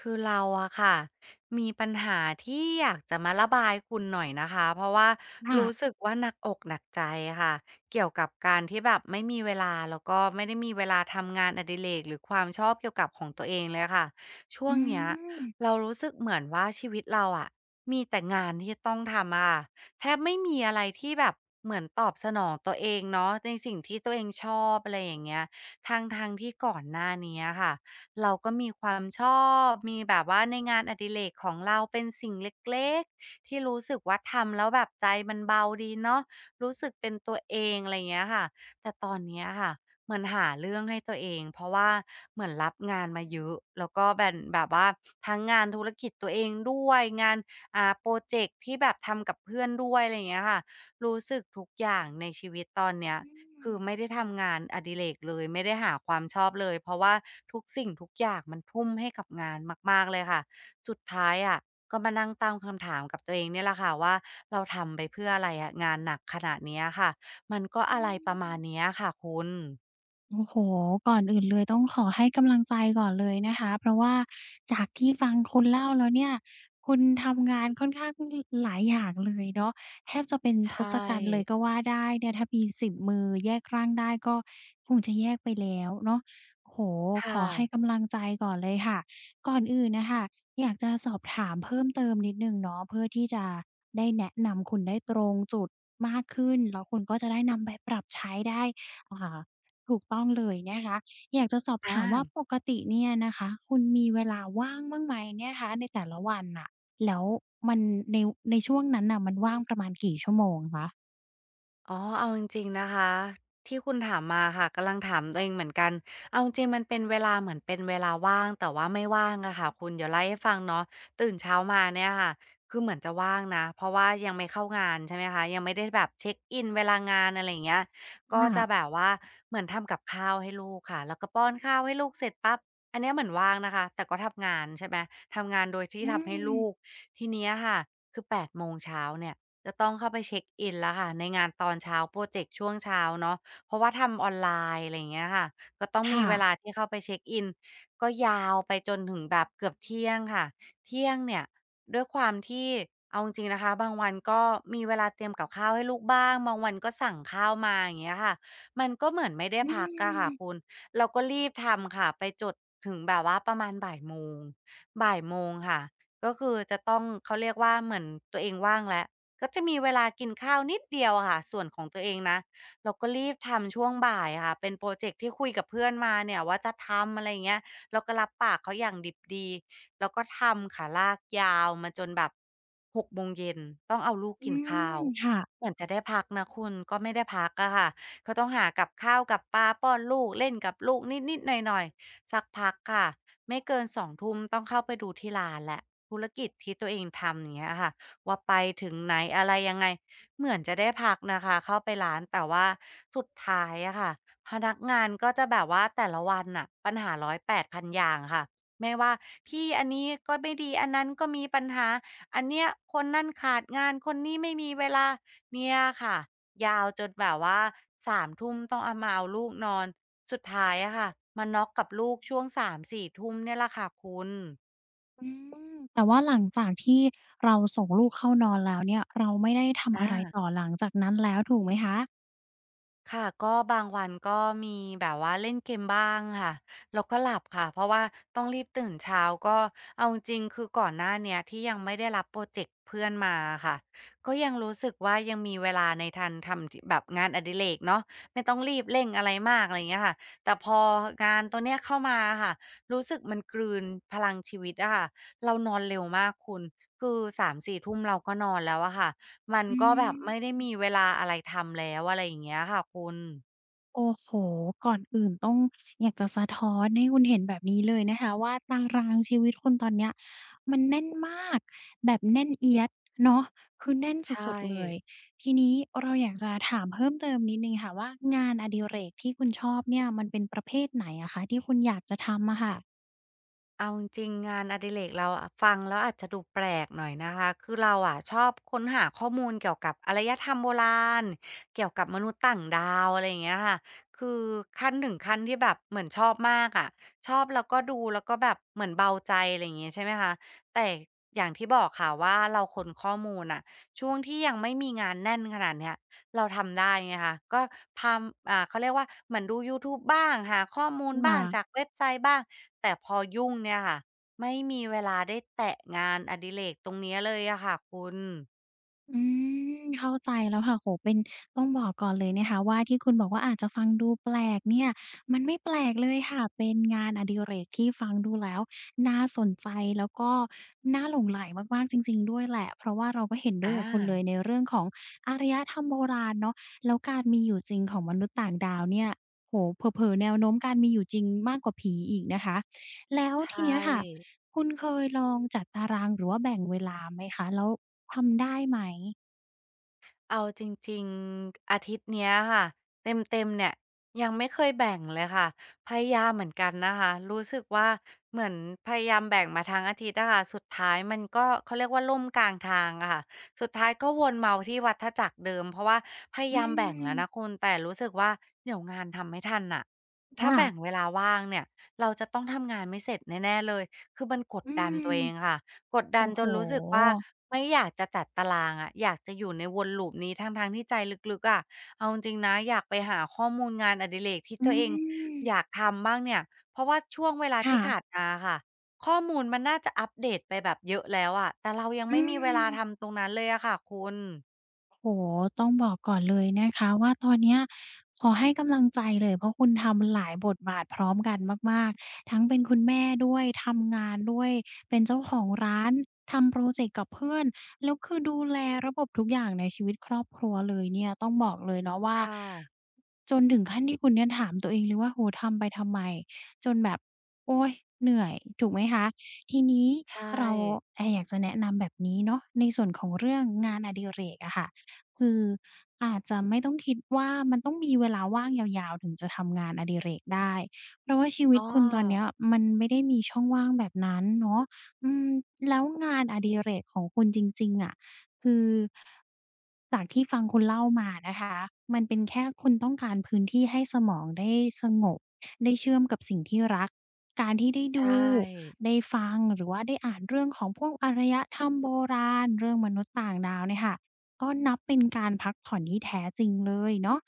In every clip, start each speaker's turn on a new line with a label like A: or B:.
A: คือเราอะค่ะมีปัญหาที่อยากจะมาระบายคุณหน่อยนะคะเพราะว่า
B: ค่ะ
A: รู้สึกว่าหนักอกหนักใจค่ะเกี่ยวกับการที่แบบไม่มีเวลาแล้วก็ไม่ได้มีเวลาทำงานอดิเรกหรือความชอบเกี่ยวกับของตัวเองเลยค่ะช่ว
B: อื
A: งเนี้ย
B: ม
A: เรารู้สึกเหมือนว่าชีวิตเราอะมีแต่งานที่ต้องทำอะแทบไม่มีอะไรที่แบบเหมือนตอบสนองตัวเองเนาะในสิ่งที่ตัวเองชอบอะไรอย่างเงี้ยทางทางๆที่ก่อนหน้านี้ค่ะ เราก็มีความชอบมีแบบว่าในงานอดิเรกของเราเป็นสิ่งเล็กๆที่รู้สึกว่าทำแล้วแบบใจมันเบาดีเนาะรู้สึกเป็นตัวเองอะไรอย่างเงี้ยค่ะแต่ตอนเนี้ยค่ะเหมือนหาเรื่องให้ตัวเองเพราะว่าเหมือนรับงานมาเยอะแล้วก็แบ่นแบบว่าทั้งงานธุรกิจตัวเองด้วยงานพรอเจกต์ที่แบบทำกับเพื่อนด้วยอะไรอย่างเงี้ยค่ะรู้สึกทุกอย่างในชีวิตตอนเนี้ย
B: อืม
A: คือไม่ได้ทำงานอดิเรกเลยไม่ได้หาความชอบเลยเพราะว่าทุกสิ่งทุกอย่างมันทุ่มให้กับงานมากๆเลยค่ะสุดท้ายอะก็มานั่งตั้งคำถามกับตัวเองเนี่ยแหละค่ะว่าเราทำไปเพื่ออะไรอะงานหนักขนาดเนี้ยค่ะมันก็
B: อื
A: อะไรประมาณ
B: ม
A: เนี้ยค่ะคุณ
B: โอ้โฮก่อนอื่นเลยต้องขอให้กำลังใจก่อนเลยนะคะเพราะว่าจากที่ฟังคุณเล่าแล้วเนี่ยคุณทำงานค่อนข้างหลายอย่างเลยเนาะแทบจะเป็น
A: ใช
B: ทศกัณฐ์เลย
A: ่
B: ก็ว่าได้เนี่ยถ้ามีสิบมือแยกร่างได้ก็คงจะแยกไปแล้วเนาะโอ้โฮข
A: ค่ะ
B: อให้กำลังใจก่อนเลยค่ะก่อนอื่นน่ะค่ะอยากจะสอบถามเพิ่มเติมนิดหนึ่งเนาะเพื่อที่จะได้แนะนำคุณได้ตรงจุดมากขึ้นแล้วคุณก็จะได้นำไปปรับใช้ได้อ่า ถูกต้องเลยนะคะอยากจะสอบ
A: อา
B: ถามว่าปกติเนี่ยนะคะคุณมีเวลาว่างบ้างไหมเนี่ยคะในแต่ละวันน่ะแล้วมันในในช่วงนั้นน่ะมันว่างประมาณกี่ชั่วโมงคะ
A: อ๋อเอาจริงๆนะคะที่คุณถามมาค่ะกำลังถามตัวเองเหมือนกันเอาจริงๆมันเป็นเวลาเหมือนเป็นเวลาว่างแต่ว่าไม่ว่างอะค่ะคุณเดี๋ยวไล่ให้ฟังเนาะตื่นเช้ามาเนี่ยค่ะคือเหมือนจะว่างนะเพราะว่ายังไม่เข้างานใช่ไหมคะยังไม่ได้แบบเช็คอินเวลางานอะไรอย่างเงี้ยก็
B: ค่ะ
A: จะแบบว่าเหมือนทำกับข้าวให้ลูกค่ะแล้วก็ป้อนข้าวให้ลูกเสร็จปั๊บอันเนี้ยเหมือนว่างนะคะแต่ก็ทำงานใช่ไหมทำงานโดยที่
B: อื
A: ทำให้
B: ม
A: ลูกทีเนี้ยค่ะคือแปดโมงเช้าเนี่ย จะต้องเข้าไปเช็กอินแล้วค่ะในงานตอนเช้าพรอเจกต์ช่วงเช้าเนาะเพราะว่าทำออนไลน์อะไรอย่างเงี้ยค่ะก็ต้องมี
B: ค่ะ
A: เวลาที่เข้าไปเช็กอินก็ยาวไปจนถึงแบบเกือบเที่ยงค่ะเที่ยงเนี่ยด้วยความที่เอาจริงๆนะคะบางวันก็มีเวลาเตรียมกับข้าวให้ลูกบ้างบางวันก็สั่งข้าวมาอย่างเงี้ยค่ะมันก็เหมือนไม่ได้
B: อื
A: พักอะ
B: ม
A: ค่ะคุณเราก็รีบทำค่ะไปจนถึงแบบว่าประมาณบ่ายโมงค่ะก็คือจะต้องเขาเรียกว่าเหมือนตัวเองว่างแล้ว ก็จะมีเวลากินข้าวนิดเดียวอะค่ะส่วนของตัวเองนะเราก็รีบทำช่วงบ่ายอะค่ะเป็นโพรเจกต์ที่คุยกับเพื่อนมาเนี่ยว่าจะทำอะไรอย่างเงี้ยเราก็รับปากเขาอย่างดิบดีแล้วก็ทำค่ะลากยาวมาจนแบบ6โมงเย็นต้องเอาลูก
B: อื
A: กินข้า
B: ม
A: ว
B: ค่ะ
A: เหมือนจะได้พักนะคุณก็ไม่ได้พักอะค่ะก็ต้องหากับข้าวกับปลาป้อนลูกเล่นกับลูกนิดๆหน่อยๆสักพักค่ะไม่เกินสองทุ่มต้องเข้าไปดูที่ร้านแล้วธุรกิจที่ตัวเองทำอย่างเงี้ยค่ะ ว่าไปถึงไหนอะไรยังไงเหมือนจะได้พักนะคะเข้าไปร้านแต่ว่าสุดท้ายอะค่ะพนักงานก็จะแบบว่าแต่ละวันน่ะปัญหาร้อยแปดพันอย่างค่ะไม่ว่าพี่อันนี้ก็ไม่ดีอันนั้นก็มีปัญหาอันเนี้ยคนนั่นขาดงานคนนี้ไม่มีเวลาเนี่ยค่ะยาวจนแบบว่า3ทุ่มต้องเอาลูกนอนสุดท้ายอะค่ะมาน็อกกับลูกช่วงสามสี4ทุ่มเนี่ยแหละค่ะคุณ
B: อืมแต่ว่าหลังจากที่เราส่งลูกเข้านอนแล้วเนี่ยเราไม่ได้ทำอะ
A: อา
B: ไรต่อหลังจากนั้นแล้วถูกไหมคะ
A: ค่ะก็บางวันก็มีแบบว่าเล่นเกมบ้างค่ะแล้วก็หลับค่ะเพราะว่าต้องรีบตื่นเช้าก็เอาจริงๆคือก่อนหน้าเนี้ยที่ยังไม่ได้รับโพรเจกต์เพื่อนมาอค่ะก็ยังรู้สึกว่ายังมีเวลาในทันทำที่แบบงานอดิเรกเนาะไม่ต้องรีบเร่งอะไรมากอะไรอย่างเงี้ยค่ะแต่พองานตัวเนี้ยเข้ามาอะค่ะรู้สึกมันกลืนพลังชีวิตอะค่ะเรานอนเร็วมากคุณคือสามสี่ทุ่มเราก็นอนแล้วอะค่ะ มัน
B: อื
A: ก็แบบไม่ได้
B: ม
A: มีเวลาอะไรทำแล้วอะไรอย่างเงี้ยค่ะคุณ
B: โอ้โฮก่อนอื่นต้องอยากจะสะท้อนให้คุณเห็นแบบนี้เลยนะคะว่าตารางชีวิตคุณตอนเนี้ยมันแน่นมากแบบแน่นเอี๊ยดเนาะคือแน่น
A: ใช
B: สุด
A: ่
B: ๆเลยทีนี้เราอยากจะถามเพิ่มเติมนิดหนึ่งค่ะว่างานอดิเรกที่คุณชอบเนี่ยมันเป็นประเภทไหนอะคะที่คุณอยากจะทำอะค่ะ
A: เอาจริงๆงานอดิเรกเราอะฟังแล้วอาจจะดูแปลกหน่อยนะคะคือเราอะชอบค้นหาข้อมูลเกี่ยวกับอารยธรรมโบราณเกี่ยวกับมนุษย์ต่างดาวอะไรอย่างเงี้ยค่ะคือขั้นถึงขั้นที่แบบเหมือนชอบมากอะชอบแล้วก็ดูแล้วก็แบบเหมือนเบาใจอะไรอย่างงี้ใช่ไหมคะแต่อย่างที่บอกค่ะว่าเราค้นข้อมูลน่ะช่วงที่ยังไม่มีงานแน่นขนาดเนี้ย เราทำได้ไงคะก็พามอ่าเขาเรียกว่าเหมือนดูยูทูบบ้างหาข้อมูลบ้า
B: ค่ะ
A: งจากเว็บไซต์บ้างแต่พอยุ่งเนี่ยค่ะไม่มีเวลาได้แตะงานอดิเรกตรงเนี้ยเลยอะค่ะคุณ
B: อืมเข้าใจแล้วค่ะโหเป็นต้องบอกก่อนเลยนะคะว่าที่คุณบอกว่าอาจจะฟังดูแปลกเนี่ยมันไม่แปลกเลยค่ะเป็นงานอดิเรกที่ฟังดูแล้วน่าสนใจแล้วก็น่าหลงใหลมากๆจริงๆด้วยแหละเพราะว่าเราก็เห็นด้
A: อ
B: วยกับคุณเลย
A: า
B: ในเรื่องของอารยธรรมโบราณเนาะแล้วการมีอยู่จริงของมนุษย์ต่างดาวเนี่ยโอ้โฮเผลอๆแนวโน้มการมีอยู่จริงมากกว่าผีอีกนะคะแล้ว
A: ใช
B: ทีเนี้ยค่ะ
A: ่
B: คุณเคยลองจัดตารางหรือว่าแบ่งเวลาไหมคะแล้วทำได้ไหม
A: เอาจริงๆอาทิตย์เนี้ยค่ะเต็มๆเนี่ยยังไม่เคยแบ่งเลยค่ะพยายามเหมือนกันนะคะรู้สึกว่าเหมือนพยายามแบ่งมาทั้งอาทิตย์อะค่ะสุดท้ายมันก็เขาเรียกว่าล่มกลางทางอะค่ะสุดท้ายก็วนเมาที่วัฏจักรเดิมเพราะว่าพยา
B: อื
A: ยามแบ่งแล้วนะ
B: ม
A: คุณแต่รู้สึกว่าเดี๋ยวงานทำไม่ทันน่ะถ้า
B: ค่ะ
A: แบ่งเวลาว่างเนี่ยเราจะต้องทำงานไม่เสร็จแน่ๆเลยคือมันกด
B: อื
A: ดัน
B: ม
A: ตัวเองค่ะ กดดั
B: โอ้
A: นจ
B: โฮ
A: นรู้สึกว่าไม่อยากจะจัดตารางอะอยากจะอยู่ในวนลูปนี้ทั้งๆที่ใจลึกๆอะเอาจริงๆนะอยากไปหาข้อมูลงานอดิเรกที่
B: อื
A: ตัวเอง
B: ม
A: อยากทำบ้างเนี่ยเพราะว่าช่วงเวลาที่ขาด
B: ค่ะ
A: มาอะค่ะข้อมูลมันน่าจะอัปเดตไปแบบเยอะแล้วอะแต่เรายัง
B: อื
A: ไม่มีเวลา
B: ม
A: ทำตรงนั้นเลยอะค่ะคุณ
B: โอ้โฮต้องบอกก่อนเลยนะคะว่าตอนเนี้ยขอให้กำลังใจเลยเพราะคุณทำหลายบทบาทพร้อมกันมากๆทั้งเป็นคุณแม่ด้วยทำงานด้วยเป็นเจ้าของร้านทำพรอเจกต์กับเพื่อนแล้วคือดูแลระบบทุกอย่างในชีวิตครอบครัวเลยเนี่ยต้องบอกเลยเนาะว่า
A: ค่ะ
B: จนถึงขั้นที่คุณเนี่ยถามตัวเองเลยว่าโอ้โฮทำไปทำไมจนแบบโอ๊ยเหนื่อยถูกไหมคะทีนี้
A: ใช่
B: เราอยากจะแนะนำแบบนี้เนาะในส่วนของเรื่องงานอดิเรกอะค่ะ คืออาจจะไม่ต้องคิดว่ามันต้องมีเวลาว่างยาวๆถึงจะทำงานอดิเรกได้เพราะว่าชีวิ
A: อ้
B: ต
A: อ
B: คุณตอนเนี้ยมันไม่ได้มีช่องว่างแบบนั้นเนาะอืมแล้วงานอดิเรกของคุณจริงๆอะคือจากที่ฟังคุณเล่ามานะคะมันเป็นแค่คุณต้องการพื้นที่ให้สมองได้สงบได้เชื่อมกับสิ่งที่รักการที่ได้ดู
A: ใช่
B: ได้ฟังหรือว่าได้อ่านเรื่องของพวกอารยธรรมโบราณเรื่องมนุษย์ต่างดาวเนี่ยค่ะ ก็นับเป็นการพักผ่อนที่แท้จริงเลยเนาะ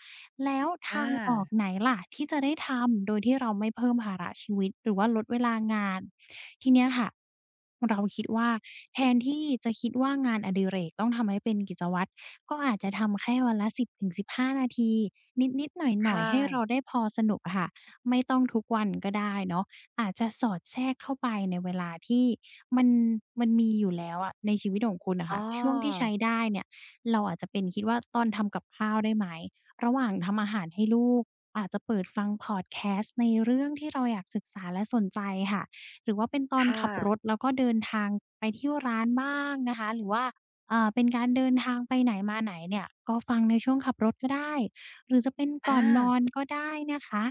B: แล้วทา
A: อา
B: งออกไหนล่ะที่จะได้ทำโดยที่เราไม่เพิ่มภาระชีวิตหรือว่าลดเวลางานทีเนี้ยค่ะเราคิดว่าแทนที่จะคิดว่างานอดิเรกต้องทำให้เป็นกิจวัตรก็อาจจะทำแค่วันละ10-15นาทีนิดๆหน่อ
A: ค่
B: ยๆให้เรา
A: ะ
B: ได้พอสนุกอะค่ะไม่ต้องทุกวันก็ได้เนาะอาจจะสอดแทรกเข้าไปในเวลาที่มันมันมีอยู่แล้วอะในชีวิตของคุณน่ะ
A: อ้
B: ค่ะ
A: อ
B: ช่วงที่ใช้ได้เนี่ย เราอาจจะเป็นคิดว่าตอนทำกับข้าวได้ไหมระหว่างทำอาหารให้ลูกอาจจะเปิดฟังพอดแคสต์ในเรื่องที่เราอยากศึกษาและสนใจค่ะหรือว่าเป็นตอน
A: ค่ะ
B: ขับรถแล้วก็เดินทางไปเที่ยวร้านบ้างนะคะหรือว่าเป็นการเดินทางไปไหนมาไหนเนี่ยก็ฟังในช่วงขับรถก็ได้หรือจะเป็นก่อ
A: อา
B: นนอนก็ได้นะคะ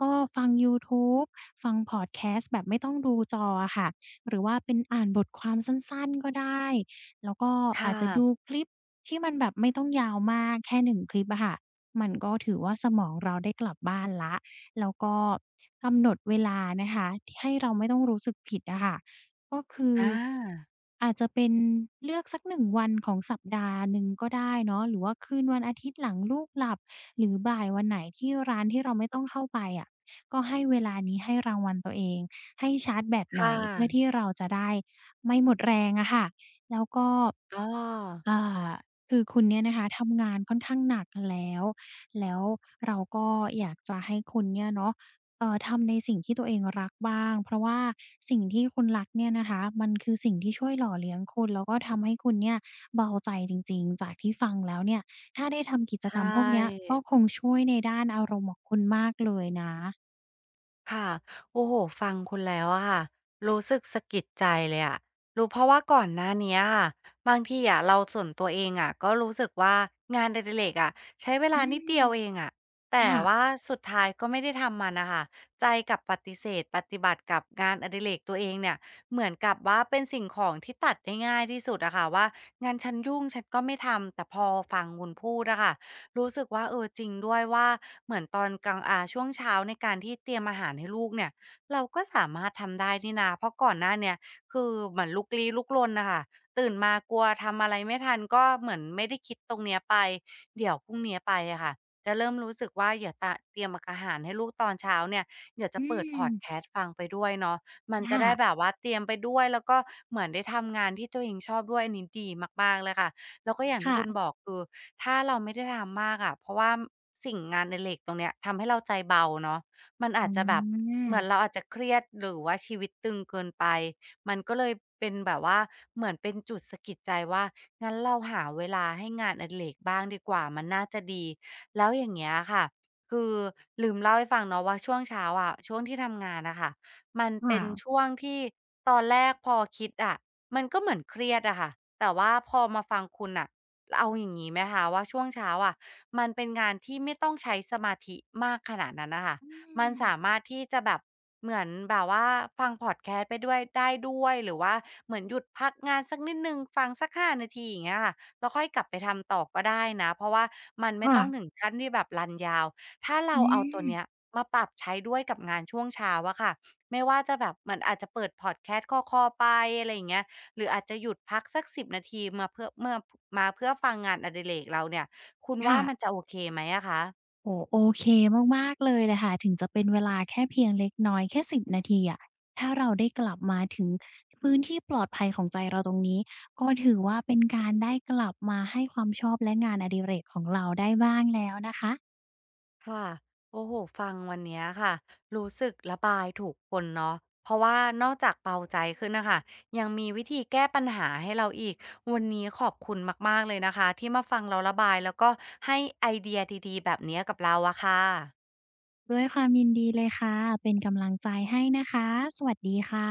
B: ก็ฟังยูทูบฟังพอดแคสต์แบบไม่ต้องดูจออะค่ะหรือว่าเป็นอ่านบทความสั้นๆก็ได้ แล้วก็อา
A: ค่ะ
B: จจะดูคลิป ที่มันแบบไม่ต้องยาวมากแค่หนึ่งคลิปอะค่ะมันก็ถือว่าสมองเราได้กลับบ้านแล้วแล้วก็กำหนดเวลานะคะที่ให้เราไม่ต้องรู้สึกผิดอะค่ะก็คือ
A: อา
B: อาจจะเป็นเลือกสักหนึ่งวันของสัปดาห์หนึ่งก็ได้เนาะหรือว่าคืนวันอาทิตย์หลังลูกหลับหรือบ่ายวันไหนที่ร้านที่เราไม่ต้องเข้าไปอะก็ให้เวลานี้ให้รางวัลตัวเองให้ชาร์จแบตหน่อ
A: ค่ะ
B: ยเพื่อที่เราจะได้ไม่หมดแรงอะค่ะแล้วก็
A: อ้อ
B: อ่าคือคุณเนี่ยนะคะทำงานค่อนข้างหนักแล้วแล้วเราก็อยากจะให้คุณเนี่ยเนาะทำในสิ่งที่ตัวเองรักบ้างเพราะว่าสิ่งที่คุณรักเนี่ยนะคะมันคือสิ่งที่ช่วยหล่อเลี้ยงคุณแล้วก็ทำให้คุณเนี่ยเบาใจจริงๆจากที่ฟังแล้วเนี่ยถ้าได้ทำกิจ
A: ใช
B: กรรมพวกเนี้ย
A: ่
B: ก็คงช่วยในด้านอารมณ์ของคุณมากเลยนะ
A: ค่ะโอ้โฮฟังคุณแล้วอะค่ะรู้สึกสะกิดใจเลยอะรู้เพราะว่าก่อนหน้าเนี้ยค่ะบางทีอะเราส่วนตัวเองอะก็รู้สึกว่างานอดิเรกอะใช้เว
B: อื
A: ลานิด
B: ม
A: เดียวเองอะแต่
B: ค่ะ
A: ว่าสุดท้ายก็ไม่ได้ทำมันน่ะค่ะใจกลับปฏิเสธปฏิบัติกับงานอดิเรกตัวเองเนี่ยเหมือนกับว่าเป็นสิ่งของที่ตัดได้ง่ายที่สุดอะค่ะว่างั้นฉันยุ่งฉันก็ไม่ทำแต่พอฟังคุณพูดอะค่ะ รู้สึกว่าเออจริงด้วยว่าเหมือนตอนกลางช่วงเช้าในการที่เตรียมอาหารให้ลูกเนี่ยเราก็สามารถทำได้นี่นาเพราะก่อนหน้าเนี่ยคือเหมือนลุกลี้ลุกลนนะคะตื่นมากลัวทำอะไรไม่ทันก็เหมือนไม่ได้คิดตรงเนี้ยไปเดี๋ยวพรุ่งเนี้ยไปอะค่ะจะเริ่มรู้สึกว่าอย่าเตรียมอาหารให้ลูกตอนเช้าเนี่ยเดี๋ยวจะ
B: อื
A: เปิดพอดแค
B: ม
A: สต์ฟังไปด้วยเนาะมันจะ
B: ค่ะ
A: ได้แบบว่าเตรียมไปด้วยแล้วก็เหมือนได้ทำงานที่ตัวเองชอบด้วยอันนี้ดีมากๆเลยค่ะ แล้วก็อย่างที่คุณบ
B: ค่ะ
A: อกคือถ้าเราไม่ได้ทำมากอะเพราะว่าสิ่งงานอดิเรกตรงเนี้ยทำให้เราใจเบาเนาะมัน
B: อ๋
A: อาจจะแบบ
B: อ
A: เหมือนเราอาจจะเครียดหรือว่าชีวิตตึงเกินไปมันก็เลยเป็นแบบว่าเหมือนเป็นจุดสะกิดใจว่างั้นเราหาเวลาให้งานอดิเรกบ้างดีกว่ามันน่าจะดีแล้วอย่างเงี้ยค่ะคือลืมเล่าให้ฟังเนาะว่าช่วงเช้าอะช่วงที่ทำงานน่ะค่ะมันเป็
B: ค่ะ
A: นช่วงที่ตอนแรกพอคิดอะ มันก็เหมือนเครียดอะค่ะแต่ว่าพอมาฟังคุณอะเอาอย่างงี้ไหมคะว่าช่วงเช้าอะมันเป็นงานที่ไม่ต้องใช้สมาธิมากขนาดนั้นน่ะค่ะ
B: อื
A: มัน
B: ม
A: สามารถที่จะแบบเหมือนแบบว่าฟังพอดแคสต์ไปด้วยได้ด้วย หรือว่าเหมือนหยุดพักงานสักนิดหนึ่งฟังสัก5นาทีอย่างเงี้ยค่ะแล้วค่อยกลับไปทำต่อก็ได้นะเพราะว่ามันไม่ต้องถึ
B: ค่ะ
A: งขั้นที่แบบรันยาวถ้าเรา
B: อื
A: เอาตัว
B: ม
A: เนี้ยมาปรับใช้ด้วยกับงานช่วงเช้าอะค่ะไม่ว่าจะแบบเหมือนอาจจะเปิดพอดแคสต์คลอๆไปอะไรอย่างเงี้ย หรืออาจจะหยุดพักสัก10นาทีมาเพื่อฟังงานอดิเรกเราเนี่ยคุณว่ามัน
B: ค่ะ
A: จะโอเคไหมอะคะ
B: โอ้โอเคมากๆเลยแหละค่ะถึงจะเป็นเวลาแค่เพียงเล็กน้อยแค่10นาทีอะถ้าเราได้กลับมาถึงพื้นที่ปลอดภัยของใจเราตรงนี้ก็ถือว่าเป็นการได้กลับมาให้ความชอบและงานอดิเรกของเราได้บ้างแล้วนะคะ
A: ค่ะโอ้โฮฟังวันเนี้ยค่ะรู้สึกระบายถูกคนเนาะเพราะว่านอกจากเบาใจขึ้นน่ะค่ะยังมีวิธีแก้ปัญหาให้เราอีกวันนี้ขอบคุณมากๆเลยนะคะที่มาฟังเราระบายแล้วก็ให้ไอเดียดีๆแบบเนี้ยกับเราอะค่ะ
B: ด้วยความยินดีเลยค่ะเป็นกำลังใจให้นะคะสวัสดีค่ะ